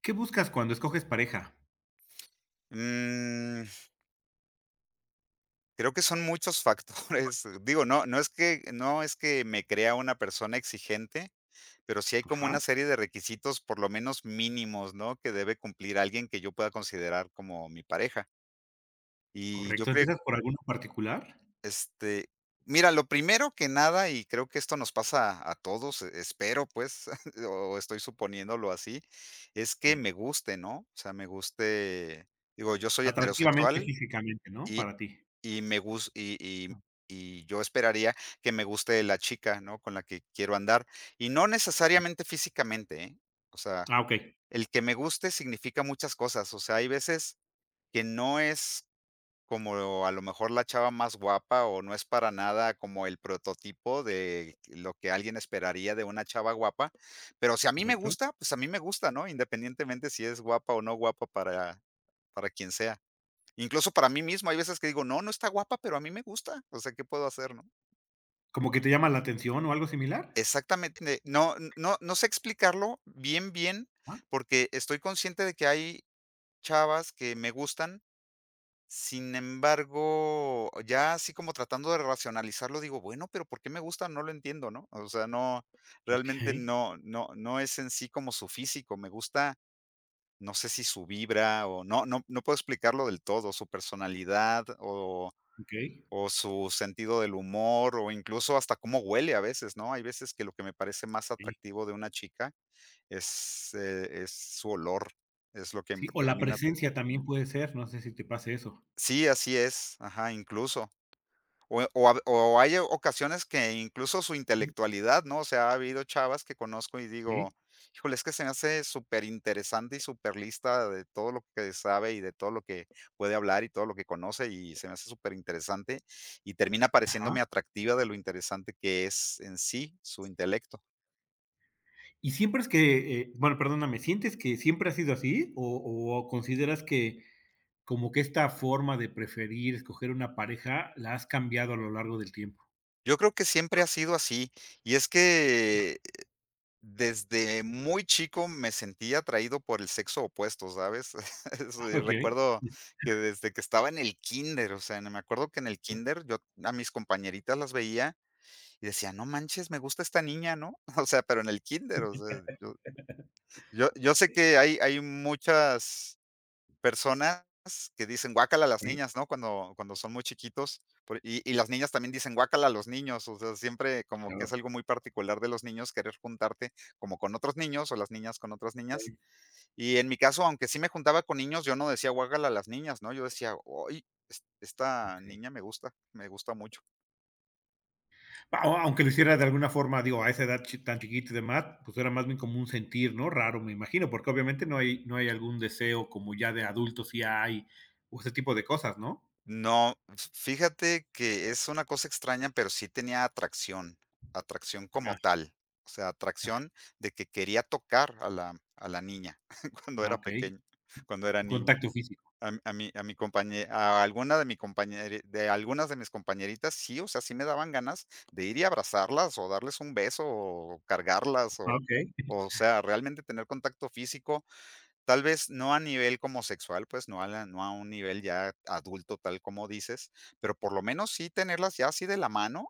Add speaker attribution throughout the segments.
Speaker 1: ¿Qué buscas cuando escoges pareja?
Speaker 2: Mm, creo que son muchos factores. Digo, no, no es que me crea una persona exigente, pero sí hay como
Speaker 1: Ajá,
Speaker 2: una serie de requisitos, por lo menos mínimos, ¿no? Que debe cumplir alguien que yo pueda considerar como mi pareja. Y yo
Speaker 1: correcto.
Speaker 2: creo,
Speaker 1: ¿Empiezas por alguno en particular?
Speaker 2: este, mira, lo primero que nada, y creo que esto nos pasa a todos, espero pues, o estoy suponiéndolo así, es que
Speaker 1: Sí.
Speaker 2: me guste, ¿no? O sea, me guste, digo, yo soy
Speaker 1: Atractivamente,
Speaker 2: heterosexual.
Speaker 1: físicamente, ¿no? Para ti.
Speaker 2: Y me gus y y y yo esperaría que me guste la chica, ¿no?, con la que quiero andar, y no necesariamente físicamente, ¿eh? O sea,
Speaker 1: Ah, okey,
Speaker 2: el que me guste significa muchas cosas, o sea, hay veces que no es como a lo mejor la chava más guapa, o no es para nada como el prototipo de lo que alguien esperaría de una chava guapa, pero si a mí me
Speaker 1: correcto.
Speaker 2: gusta, pues a mí me gusta, ¿no? Independientemente si es guapa o no guapa para quien sea. Incluso para mí mismo, hay veces que digo: "No, no está guapa, pero a mí me gusta". O sea, ¿qué puedo hacer, no?
Speaker 1: ¿Como que te llama la atención o algo similar?
Speaker 2: Exactamente. No sé explicarlo bien, bien,
Speaker 1: Ah,
Speaker 2: porque estoy consciente de que hay chavas que me gustan. Sin embargo, ya así como tratando de racionalizarlo, digo: "Bueno, pero ¿por qué me gusta?". No lo entiendo, ¿no? O sea, no, realmente
Speaker 1: okey,
Speaker 2: no es en sí como su físico. Me gusta, no sé si su vibra o no puedo explicarlo del todo, su personalidad o
Speaker 1: okey,
Speaker 2: O su sentido del humor, o incluso hasta cómo huele a veces, ¿no? Hay veces que lo que me parece más
Speaker 1: sí.
Speaker 2: atractivo de una chica es su olor, es lo que
Speaker 1: Sí, o la
Speaker 2: termina.
Speaker 1: presencia también puede ser, no sé si te pase eso.
Speaker 2: Sí, así es, ajá, incluso. O o hay ocasiones que incluso su intelectualidad, ¿no? O sea, ha habido chavas que conozco y
Speaker 1: Sí,
Speaker 2: digo, híjole, es que se me hace súper interesante y súper lista de todo lo que sabe y de todo lo que puede hablar y todo lo que conoce y se me hace súper interesante y termina
Speaker 1: ajá.
Speaker 2: pareciéndome atractiva de lo interesante que es en sí su intelecto.
Speaker 1: ¿Y siempre es que, bueno, perdóname, sientes que siempre ha sido así o consideras que como que esta forma de preferir escoger una pareja la has cambiado a lo largo del tiempo?
Speaker 2: Yo creo que siempre ha sido así y es que desde muy chico me sentí atraído por el sexo opuesto, ¿sabes? Eso, y recuerdo que desde que estaba en el kinder, o sea, me acuerdo que en el kinder yo a mis compañeritas las veía y decía: "No manches, me gusta esta niña", ¿no? O sea, pero en el kinder, o sea, yo sé que hay muchas personas que dicen: "Guácala a las
Speaker 1: Okey.
Speaker 2: niñas", ¿no? Cuando son muy chiquitos, por y las niñas también dicen: "Guácala a los niños", o sea, siempre como que
Speaker 1: Claro,
Speaker 2: es algo muy particular de los niños querer juntarte como con otros niños, o las niñas con otras niñas.
Speaker 1: okey,
Speaker 2: Y en mi caso, aunque sí me juntaba con niños, yo no decía: "Guácala a las niñas", ¿no? Yo decía: "Oy, esta
Speaker 1: okey.
Speaker 2: niña me gusta mucho".
Speaker 1: A aunque lo hiciera de alguna forma, digo, a esa edad chi tan chiquita y demás, pues era más bien como un sentir, ¿no? Raro, me imagino, porque obviamente no hay algún deseo como ya de adultos. Sí hay, o ese tipo de cosas, ¿no?
Speaker 2: No, f fíjate que es una cosa extraña, pero sí tenía atracción, atracción como
Speaker 1: Ah,
Speaker 2: tal, o sea, atracción de que quería tocar a la niña cuando
Speaker 1: ah,
Speaker 2: era
Speaker 1: okey.
Speaker 2: pequeño, cuando era
Speaker 1: Un
Speaker 2: niño.
Speaker 1: contacto físico.
Speaker 2: A m- a mi compañe a alguna de mi compañeri de algunas de mis compañeritas sí, o sea, sí me daban ganas de ir y abrazarlas, o darles un beso, o cargarlas,
Speaker 1: Ah, okey.
Speaker 2: o sea, realmente tener contacto físico. Tal vez no a nivel como sexual, pues, no a un nivel ya adulto, tal como dices, pero por lo menos sí tenerlas ya así de la mano,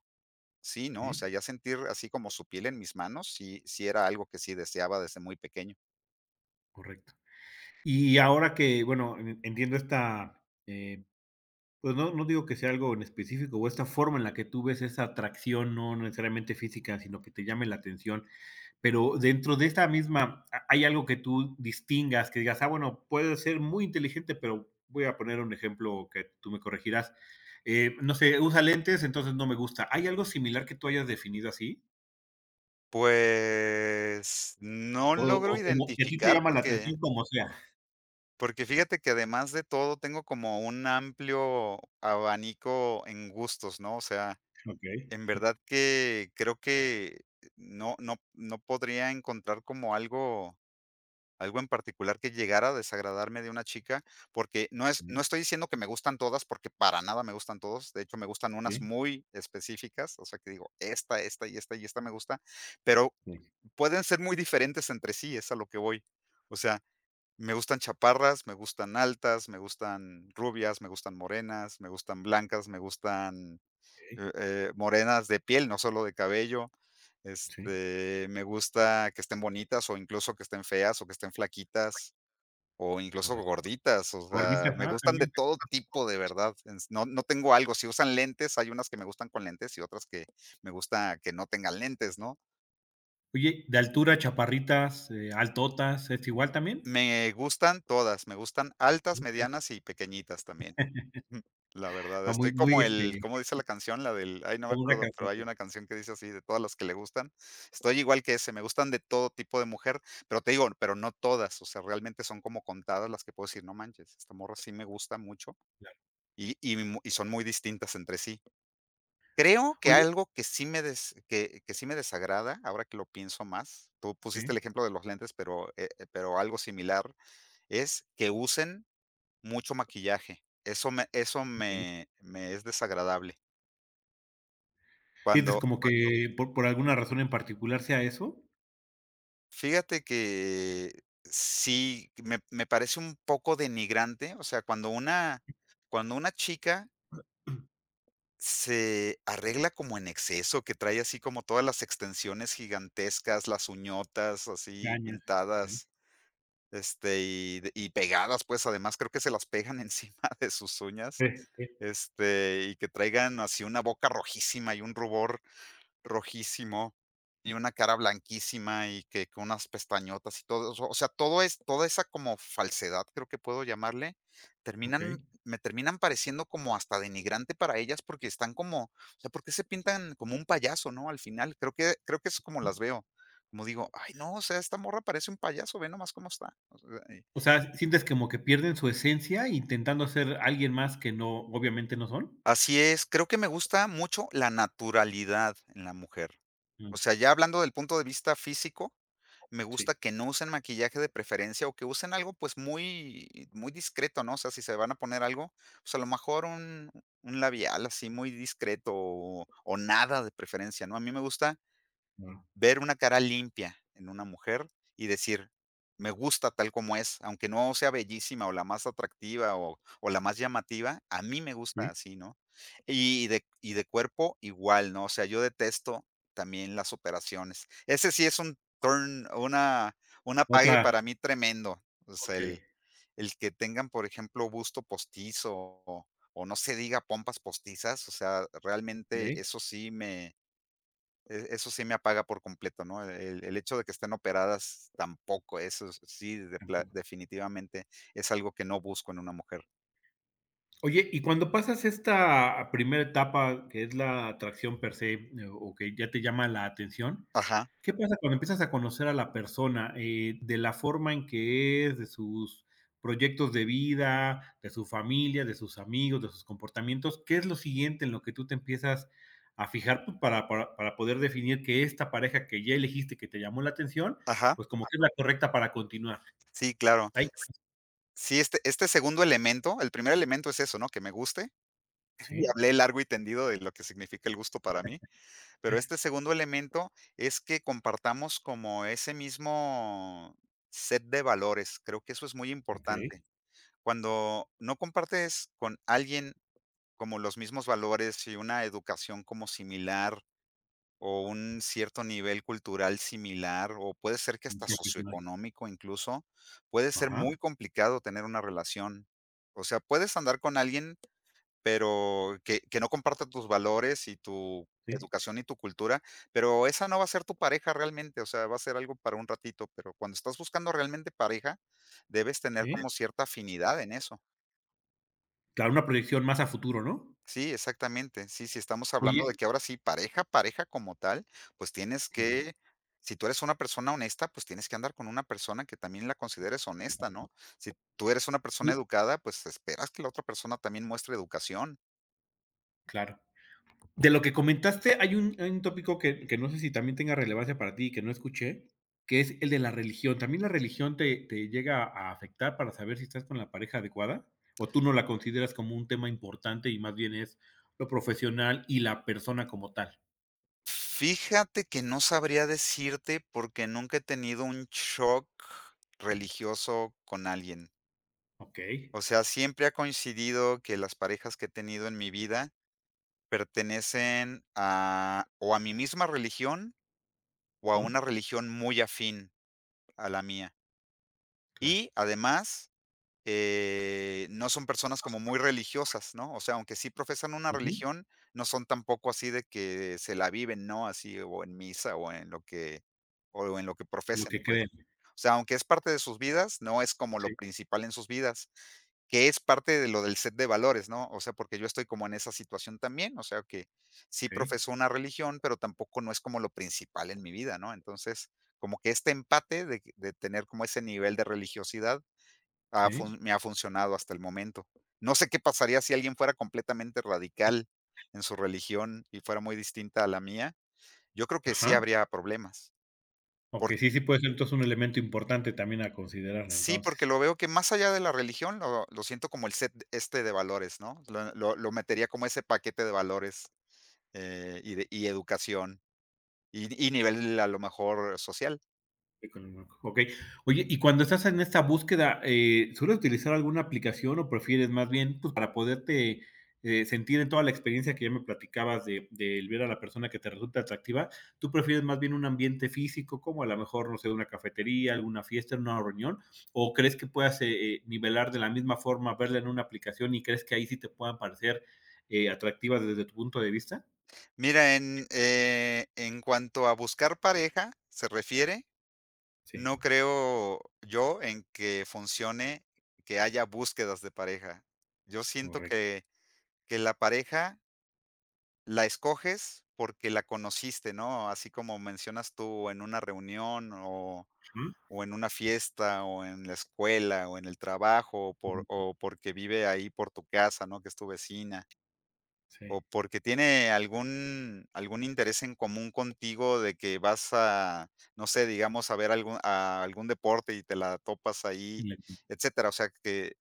Speaker 2: sí, ¿no? O
Speaker 1: Sí,
Speaker 2: sea, ya sentir así como su piel en mis manos, sí era algo que sí deseaba desde muy pequeño.
Speaker 1: correcto. Y ahora que, bueno, en entiendo esta, pues no digo que sea algo en específico, o esta forma en la que tú ves esa atracción, no necesariamente física, sino que te llame la atención. Pero dentro de esta misma, hay algo que tú distingas, que digas, ah, bueno, puede ser muy inteligente, pero voy a poner un ejemplo que tú me corregirás. No sé, usa lentes, entonces no me gusta. ¿Hay algo similar que tú hayas definido así?
Speaker 2: Pues, no
Speaker 1: O, o
Speaker 2: logro
Speaker 1: como que a ti te
Speaker 2: identificar
Speaker 1: llama la
Speaker 2: porque
Speaker 1: atención como sea.
Speaker 2: fíjate que además de todo tengo como un amplio abanico en gustos, ¿no? O sea,
Speaker 1: Ok.
Speaker 2: en verdad que creo que no podría encontrar como algo, algo en particular que llegara a desagradarme de una chica, porque no es, no
Speaker 1: Bien,
Speaker 2: estoy diciendo que me gustan todas, porque para nada me gustan todos, de hecho, me gustan unas
Speaker 1: bien,
Speaker 2: muy específicas, o sea, que digo, esta y esta y esta me gusta, pero
Speaker 1: bien.
Speaker 2: pueden ser muy diferentes entre sí, es a lo que voy. O sea, me gustan chaparras, me gustan altas, me gustan rubias, me gustan morenas, me gustan blancas, me gustan,
Speaker 1: Ok.
Speaker 2: morenas de piel, no solo de cabello,
Speaker 1: Sí,
Speaker 2: me gusta que estén bonitas o incluso que estén feas o que estén flaquitas. O incluso
Speaker 1: correcto.
Speaker 2: gorditas, o
Speaker 1: Gordita,
Speaker 2: sea, me
Speaker 1: ah,
Speaker 2: gustan de
Speaker 1: también.
Speaker 2: todo tipo, de verdad. Ens no tengo algo, si usan lentes, hay unas que me gustan con lentes y otras que me gusta que no tengan lentes, ¿no?
Speaker 1: Oye, de altura, chaparritas, altotas, ¿es igual también?
Speaker 2: Me gustan todas, me gustan altas,
Speaker 1: Ok.
Speaker 2: medianas y pequeñitas también. Mm, la verdad,
Speaker 1: Ah, muy,
Speaker 2: estoy
Speaker 1: muy,
Speaker 2: como el ¿cómo dice la canción? La del ay, no me
Speaker 1: como una
Speaker 2: acuerdo, pero
Speaker 1: canción.
Speaker 2: hay
Speaker 1: Sí,
Speaker 2: una canción que dice así, de todas las que le gustan. Estoy igual que ese, me gustan de todo tipo de mujer, pero te digo, pero no todas, o sea, realmente son como contadas las que puedo decir: "No manches, esta morra sí me gusta mucho".
Speaker 1: claro.
Speaker 2: Y son muy distintas entre sí. Creo que
Speaker 1: Oye,
Speaker 2: algo que sí me desagrada, ahora que lo pienso más, tú pusiste el
Speaker 1: sí,
Speaker 2: ejemplo de los lentes, pero algo similar es que usen mucho maquillaje. Eso me eso
Speaker 1: ok.
Speaker 2: me me es desagradable.
Speaker 1: ¿Sientes
Speaker 2: Cuando
Speaker 1: como que por alguna razón en particular sea eso?
Speaker 2: fíjate que sí, me parece un poco denigrante, o sea, cuando una chica se arregla como en exceso, que trae así como todas las extensiones gigantescas, las uñotas así
Speaker 1: Caña. Okey.
Speaker 2: pintadas, y de y pegadas, pues, además creo que se las pegan encima de sus uñas,
Speaker 1: Eh, eh,
Speaker 2: y que traigan así una boca rojísima y un rubor rojísimo y una cara blanquísima y que con unas pestañotas y todo. O sea, todo es toda esa como falsedad, creo que puedo llamarle, terminan
Speaker 1: Okey.
Speaker 2: me terminan pareciendo como hasta denigrante para ellas, porque están como, o sea, porque se pintan como un payaso, ¿no? Al final, creo que es como las veo. Como digo: "Ay, no, o sea, esta morra parece un payaso, ve nomás cómo está". O sea,
Speaker 1: O sea, ¿sientes como que pierden su esencia intentando ser alguien más que no obviamente no son?
Speaker 2: así es, creo que me gusta mucho la naturalidad en la mujer. O
Speaker 1: Mm,
Speaker 2: sea, ya hablando del punto de vista físico, me gusta
Speaker 1: sí,
Speaker 2: que no usen maquillaje de preferencia o que usen algo, pues, muy discreto, ¿no? O sea, si se van a poner algo, pues, a lo mejor un labial así muy discreto o nada de preferencia, ¿no? A mí me gusta
Speaker 1: no,
Speaker 2: ver una cara limpia en una mujer y decir: "Me gusta tal como es", aunque no sea bellísima, o la más atractiva, o la más llamativa, a mí me gusta
Speaker 1: sí.
Speaker 2: así, ¿no? Y de cuerpo igual, ¿no? O sea, yo detesto también las operaciones. Ese sí es un turn una un apague
Speaker 1: Otra
Speaker 2: para mí tremendo. O sea,
Speaker 1: Okey.
Speaker 2: el que tengan, por ejemplo, busto postizo, o o no se diga pompas postizas, o sea, realmente
Speaker 1: Okey,
Speaker 2: eso sí me apaga por completo, ¿no? El hecho de que estén operadas tampoco, sí, de pla
Speaker 1: tampoco.
Speaker 2: definitivamente es algo que no busco en una mujer.
Speaker 1: Oye, y cuando pasas esta primera etapa, que es la atracción per se, o que ya te llama la atención,
Speaker 2: Ajá,
Speaker 1: ¿qué pasa cuando empiezas a conocer a la persona, de la forma en que es, de sus proyectos de vida, de su familia, de sus amigos, de sus comportamientos? ¿Qué es lo siguiente en lo que tú te empiezas a fijar, pues, para poder definir que esta pareja que ya elegiste, que te llamó la atención,
Speaker 2: ajá,
Speaker 1: pues, como que es la correcta para continuar?
Speaker 2: sí, claro.
Speaker 1: Hay
Speaker 2: Sí, este segundo elemento, el primer elemento es eso, ¿no? Que me guste, y
Speaker 1: Sí,
Speaker 2: hablé largo y tendido de lo que significa el gusto para mí, pero este segundo elemento es que compartamos como ese mismo set de valores, creo que eso es muy
Speaker 1: okey,
Speaker 2: importante. Cuando no compartes con alguien como los mismos valores y una educación como similar o un cierto nivel cultural similar o puede ser que
Speaker 1: un
Speaker 2: hasta
Speaker 1: profesional.
Speaker 2: socioeconómico incluso, puede ser
Speaker 1: Ajá,
Speaker 2: muy complicado tener una relación. O sea, puedes andar con alguien, que no comparta tus valores y tu
Speaker 1: sí,
Speaker 2: educación y tu cultura, pero esa no va a ser tu pareja realmente, o sea, va a ser algo para un ratito, pero cuando estás buscando realmente pareja, debes tener
Speaker 1: sí.
Speaker 2: como cierta afinidad en eso.
Speaker 1: Claro, una proyección más a futuro, ¿no?
Speaker 2: Sí, exactamente. Sí, si estamos hablando de
Speaker 1: Oye,
Speaker 2: que ahora sí, pareja, pareja como tal, pues tienes
Speaker 1: sí,
Speaker 2: que, si tú eres una persona honesta, pues tienes que andar con una persona que también la consideres honesta, ¿no? Si tú eres una persona
Speaker 1: sí,
Speaker 2: educada, pues esperas que la otra persona también muestre educación.
Speaker 1: claro. De lo que comentaste, hay un, tópico que no sé si también tenga relevancia para ti y que no escuché, que es el de la religión. ¿También la religión te llega a afectar para saber si estás con la pareja adecuada? ¿O tú no la consideras como un tema importante y más bien es lo profesional y la persona como tal?
Speaker 2: Fíjate que no sabría decirte porque nunca he tenido un shock religioso con alguien.
Speaker 1: Ok.
Speaker 2: O sea, siempre ha coincidido que las parejas que he tenido en mi vida pertenecen a o a mi misma religión o a
Speaker 1: Ujú,
Speaker 2: una religión muy afín a la mía.
Speaker 1: claro.
Speaker 2: Y además, no son personas como muy religiosas, ¿no? O sea, aunque sí profesan una
Speaker 1: Ujú,
Speaker 2: religión, no son tampoco así de que se la viven, ¿no? Así, o en misa, o en lo que, o en lo que
Speaker 1: lo
Speaker 2: profesen,
Speaker 1: que
Speaker 2: pues.
Speaker 1: creen.
Speaker 2: O sea, aunque es parte de sus vidas, no es como lo
Speaker 1: Sí.
Speaker 2: principal en sus vidas, que es parte de lo del set de valores, ¿no? O sea, porque yo estoy como en esa situación también, o sea, que sí
Speaker 1: Ok.
Speaker 2: profeso una religión, pero tampoco no es como lo principal en mi vida, ¿no? Entonces, como que este empate de tener como ese nivel de religiosidad
Speaker 1: Sí.
Speaker 2: me ha funcionado hasta el momento. No sé qué pasaría si alguien fuera completamente radical en su religión y fuera muy distinta a la mía. Yo creo que sí
Speaker 1: Ajá.
Speaker 2: habría problemas.
Speaker 1: Ok. Sí, sí puede ser entonces un elemento importante también a considerar
Speaker 2: Sí, porque
Speaker 1: entonces.
Speaker 2: lo veo que más allá de la religión, lo siento como el set este de valores, ¿no? Lo metería como ese paquete de valores, y de educación, y nivel, a lo mejor, social.
Speaker 1: Ok. Oye, y cuando estás en esta búsqueda, ¿sueles utilizar alguna aplicación o prefieres más bien pues, para poderte sentir en toda la experiencia que ya me platicabas de ver a la persona que te resulta atractiva? ¿Tú prefieres más bien un ambiente físico, como a lo mejor, no sé, una cafetería, alguna fiesta, una reunión? ¿O crees que puedas nivelar de la misma forma, verla en una aplicación y crees que ahí sí te puedan parecer atractivas desde tu punto de vista?
Speaker 2: Mira, en cuanto a buscar pareja se refiere,
Speaker 1: Sí,
Speaker 2: no creo yo en que funcione que haya búsquedas de pareja. Yo siento
Speaker 1: correcto.
Speaker 2: que la pareja la escoges porque la conociste, ¿no? Así como mencionas tú en una reunión o en una fiesta, o en la escuela, o en el trabajo, o por
Speaker 1: Ujú.
Speaker 2: o porque vive ahí por tu casa, ¿no? Que es tu vecina, o
Speaker 1: Sí.
Speaker 2: porque tiene algún interés en común contigo de que vas a, no sé, digamos, a ver algún a algún deporte y te la topas ahí,
Speaker 1: Y-
Speaker 2: etcétera. O sea, que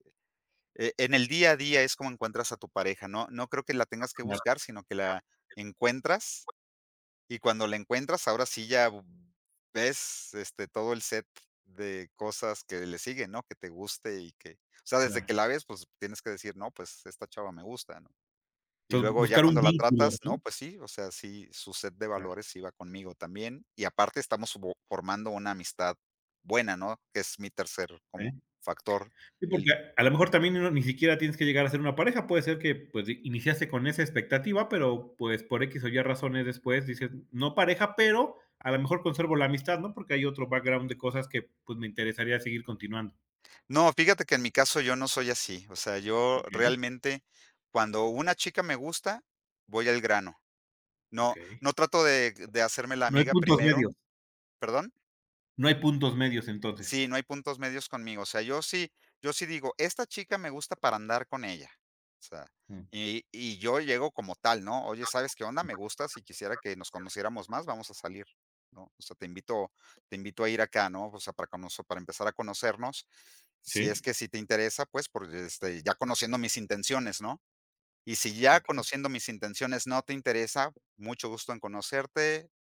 Speaker 2: en el día a día es como encuentras a tu pareja, ¿no? No creo que la tengas que
Speaker 1: Claro,
Speaker 2: buscar, sino que la encuentras y cuando la encuentras, ahora sí ves, este, todo el set de cosas que le siguen, ¿no? Que te guste y que, o sea, desde
Speaker 1: claro.
Speaker 2: que la ves, pues tienes que decir, no, pues esta chava me gusta, ¿no? Y
Speaker 1: Entonces,
Speaker 2: luego ya
Speaker 1: buscar un
Speaker 2: cuando la
Speaker 1: vínculo,
Speaker 2: tratas, no,
Speaker 1: ¿no?
Speaker 2: pues sí, o sea, sí, su set de
Speaker 1: Claro,
Speaker 2: valores iba conmigo también. Y aparte estamos formando una amistad buena, ¿no? Que es mi tercer
Speaker 1: ¿eh?
Speaker 2: como factor.
Speaker 1: Sí,
Speaker 2: El...
Speaker 1: porque a lo mejor también ni siquiera tienes que llegar a ser una pareja, puede ser que pues iniciaste con esa expectativa, pero pues por X o Y razones después dices, no pareja, pero a lo mejor conservo la amistad, ¿no? Porque hay otro background de cosas que pues me interesaría seguir continuando.
Speaker 2: No, fíjate que en mi caso yo no soy así. O sea, yo
Speaker 1: Okey,
Speaker 2: realmente, cuando una chica me gusta, voy al grano. No,
Speaker 1: okey.
Speaker 2: no trato de hacerme la
Speaker 1: No hay
Speaker 2: amiga
Speaker 1: puntos
Speaker 2: primero,
Speaker 1: medios,
Speaker 2: ¿perdón?
Speaker 1: no hay puntos medios entonces.
Speaker 2: Sí, no hay puntos medios conmigo, o sea, yo sí digo: "Esta chica me gusta para andar con ella", o sea,
Speaker 1: Mm,
Speaker 2: y yo llego como tal, ¿no? "Oye, ¿sabes qué onda? Me gusta, si quisiera que nos conociéramos más, vamos a salir", ¿no? O sea, te invito a ir acá, ¿no? O sea, para conocer, para empezar a conocernos, si es
Speaker 1: sí,
Speaker 2: que si te interesa, pues, por, este, ya conociendo mis intenciones, ¿no? Y si ya
Speaker 1: okey.
Speaker 2: conociendo mis intenciones no te interesa, mucho gusto en conocerte.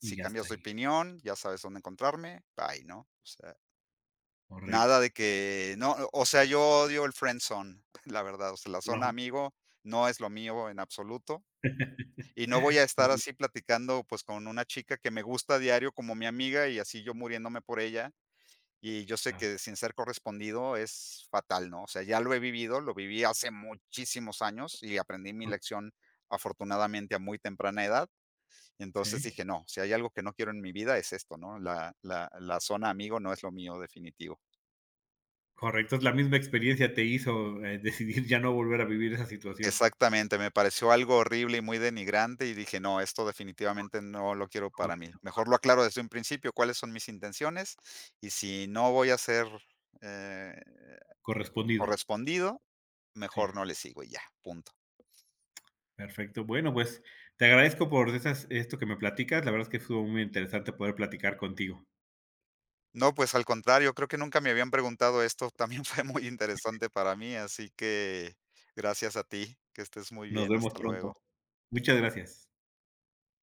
Speaker 1: Y ya está
Speaker 2: cambias de
Speaker 1: ahí,
Speaker 2: opinión, ya sabes dónde encontrarme, bye, ¿no? O sea,
Speaker 1: correcto.
Speaker 2: nada de que no, o sea, yo odio el friend zone, la verdad, o sea, la
Speaker 1: Ajá.
Speaker 2: zona amigo no es lo mío en absoluto y no voy a estar
Speaker 1: Bueno,
Speaker 2: así platicando, pues, con una chica que me gusta a diario como mi amiga y así yo muriéndome por ella y yo sé
Speaker 1: claro.
Speaker 2: que sin ser correspondido es fatal, ¿no? O sea, ya lo he vivido, lo viví hace muchísimos años y aprendí mi
Speaker 1: Ah,
Speaker 2: lección afortunadamente a muy temprana edad. Entonces
Speaker 1: sí.
Speaker 2: dije: "No, si hay algo que no quiero en mi vida es esto, ¿no? La zona amigo no es lo mío definitivo".
Speaker 1: Correcto, es la misma experiencia te hizo, decidir ya no volver a vivir esa situación.
Speaker 2: Exactamente, me pareció algo horrible y muy denigrante, y dije: "No, esto definitivamente no lo quiero para
Speaker 1: Corre
Speaker 2: mí". Mejor lo aclaro desde un principio, cuáles son mis intenciones, y si no voy a ser, eh,
Speaker 1: correspondido.
Speaker 2: correspondido,
Speaker 1: Sí,
Speaker 2: mejor no le sigo y ya, punto.
Speaker 1: perfecto. Bueno, pues, te agradezco por esas esto que me platicas. La verdad es que estuvo muy interesante poder platicar contigo.
Speaker 2: No, pues al contrario, creo que nunca me habían preguntado esto, también fue muy interesante para mí, así que gracias a ti, que estés muy
Speaker 1: Nos
Speaker 2: bien,
Speaker 1: vemos
Speaker 2: hasta luego.
Speaker 1: pronto. Muchas gracias.